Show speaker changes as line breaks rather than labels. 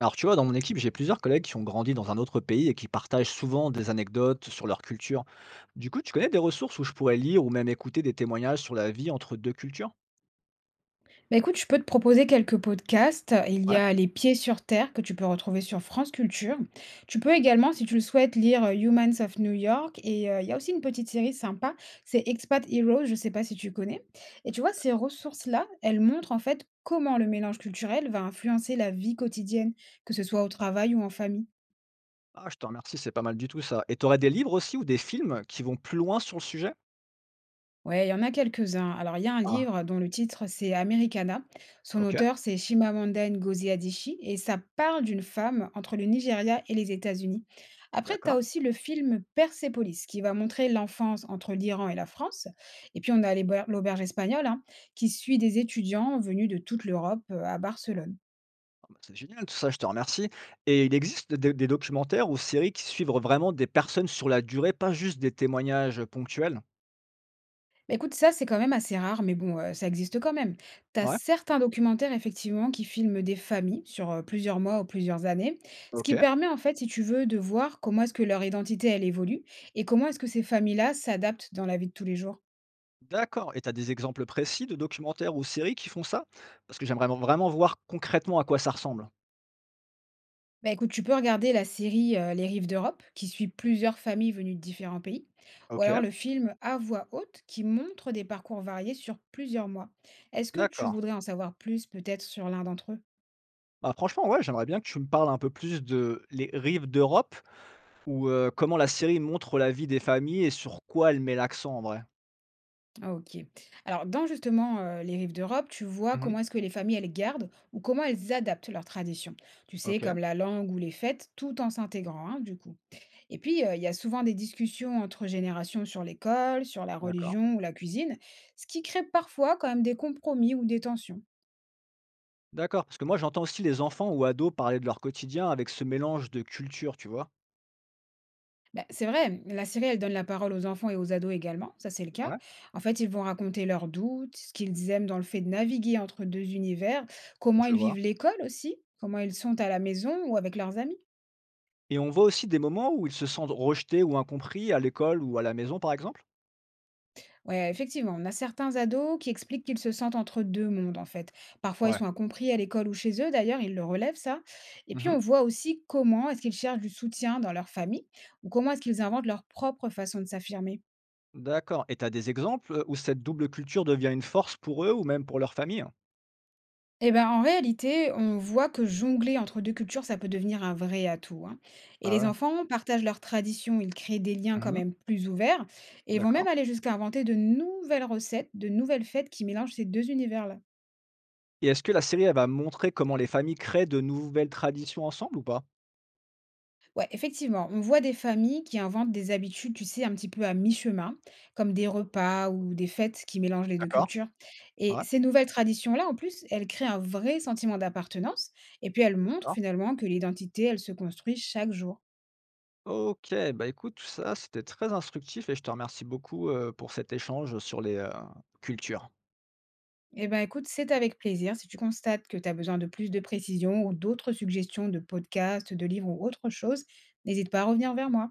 Alors, tu vois, dans mon équipe, j'ai plusieurs collègues qui ont grandi dans un autre pays et qui partagent souvent des anecdotes sur leur culture. Du coup, tu connais des ressources où je pourrais lire ou même écouter des témoignages sur la vie entre deux cultures?
Bah, écoute, je peux te proposer quelques podcasts. Il y
Ouais,
a Les Pieds sur Terre que tu peux retrouver sur France Culture. Tu peux également, si tu le souhaites, lire Humans of New York. Il y a aussi une petite série sympa, c'est Expat Heroes, je ne sais pas si tu connais. Et tu vois, ces
d'accord.
ressources-là, elles montrent en fait comment le mélange culturel va influencer la vie quotidienne, que ce soit au travail ou en famille.
Ah, je te remercie, c'est pas mal du tout ça. Et tu aurais des livres aussi ou des films qui vont plus loin sur le sujet?
Ouais, il y en a quelques-uns. Alors, il y a un
Ah,
livre dont le titre, c'est Americana. Son
ok,
auteur, c'est Chimamanda Ngozi Adichie, et ça parle d'une femme entre le Nigeria et les États-Unis. Après, tu as
d'accord.
aussi le film Persepolis, qui va montrer l'enfance entre l'Iran et la France. Et puis, on a l'auberge espagnole, hein, qui suit des étudiants venus de toute l'Europe à Barcelone.
Ah bah, c'est génial tout ça, je te remercie. Et il existe des documentaires ou séries qui suivent vraiment des personnes sur la durée, pas juste des témoignages ponctuels?
Bah, écoute, ça, c'est quand même assez rare, mais bon, ça existe quand même. Tu as
Ouais,
certains documentaires, effectivement, qui filment des familles sur, plusieurs mois ou plusieurs années, ce
ok.
qui permet, en fait, si tu veux, de voir comment est-ce que leur identité, elle évolue et comment est-ce que ces familles-là s'adaptent dans la vie de tous les jours.
D'accord. Et tu as des exemples précis de documentaires ou séries qui font ça? Parce que j'aimerais vraiment voir concrètement à quoi ça ressemble.
Bah, écoute, tu peux regarder la série, Les Rives d'Europe, qui suit plusieurs familles venues de différents pays, ou
OK,
alors le film À voix haute, qui montre des parcours variés sur plusieurs mois. Est-ce que tu
d'accord.
voudrais en savoir plus, peut-être, sur l'un d'entre eux?
Bah, franchement, ouais, j'aimerais bien que tu me parles un peu plus de Les Rives d'Europe ou comment la série montre la vie des familles et sur quoi elle met l'accent en vrai.
OK. Alors, dans justement les rives d'Europe, tu vois
Mmh.
comment est-ce que les familles elles gardent ou comment elles adaptent leurs traditions. Tu sais,
OK,
comme la langue ou les fêtes, tout en s'intégrant, hein, du coup. Et puis, il y a souvent des discussions entre générations sur l'école, sur la
d'accord.
religion ou la cuisine, ce qui crée parfois quand même des compromis ou des tensions.
D'accord, parce que moi j'entends aussi les enfants ou ados parler de leur quotidien avec ce mélange de culture, tu vois?
Bah, c'est vrai, la série, elle donne la parole aux enfants et aux ados également, ça c'est le cas.
Ouais,
En fait, ils vont raconter leurs doutes, ce qu'ils aiment dans le fait de naviguer entre deux univers, comment
je
ils
vois.
vivent l'école aussi, comment ils sont à la maison ou avec leurs amis.
Et on voit aussi des moments où ils se sentent rejetés ou incompris à l'école ou à la maison, par exemple?
Ouais, effectivement, on a certains ados qui expliquent qu'ils se sentent entre deux mondes en fait. Parfois, ils
Ouais.
sont incompris à l'école ou chez eux, d'ailleurs, ils le relèvent ça. Et puis,
Mmh.
on voit aussi comment est-ce qu'ils cherchent du soutien dans leur famille ou comment est-ce qu'ils inventent leur propre façon de s'affirmer.
D'accord, et tu as des exemples où cette double culture devient une force pour eux ou même pour leur famille?
Eh ben, en réalité, on voit que jongler entre 2 cultures, ça peut devenir un vrai atout, hein. Et
Ah
les
ouais.
enfants partagent leurs traditions, ils créent des liens quand
Mmh.
même plus ouverts et vont même
D'accord,
aller jusqu'à inventer de nouvelles recettes, de nouvelles fêtes qui mélangent ces 2 univers-là.
et est-ce que la série, elle va montrer comment les familles créent de nouvelles traditions ensemble ou pas?
Ouais, effectivement, on voit des familles qui inventent des habitudes, tu sais, un petit peu à mi-chemin, comme des repas ou des fêtes qui mélangent les 2
D'accord.
cultures. Et
Ouais,
ces nouvelles traditions-là, en plus, elles créent un vrai sentiment d'appartenance et puis elles montrent
d'accord.
finalement que l'identité, elle se construit chaque jour.
OK, bah, écoute, tout ça, c'était très instructif et je te remercie beaucoup, pour cet échange sur les cultures.
Eh ben, écoute, c'est avec plaisir. Si tu constates que tu as besoin de plus de précisions ou d'autres suggestions de podcasts, de livres ou autre chose, n'hésite pas à revenir vers moi.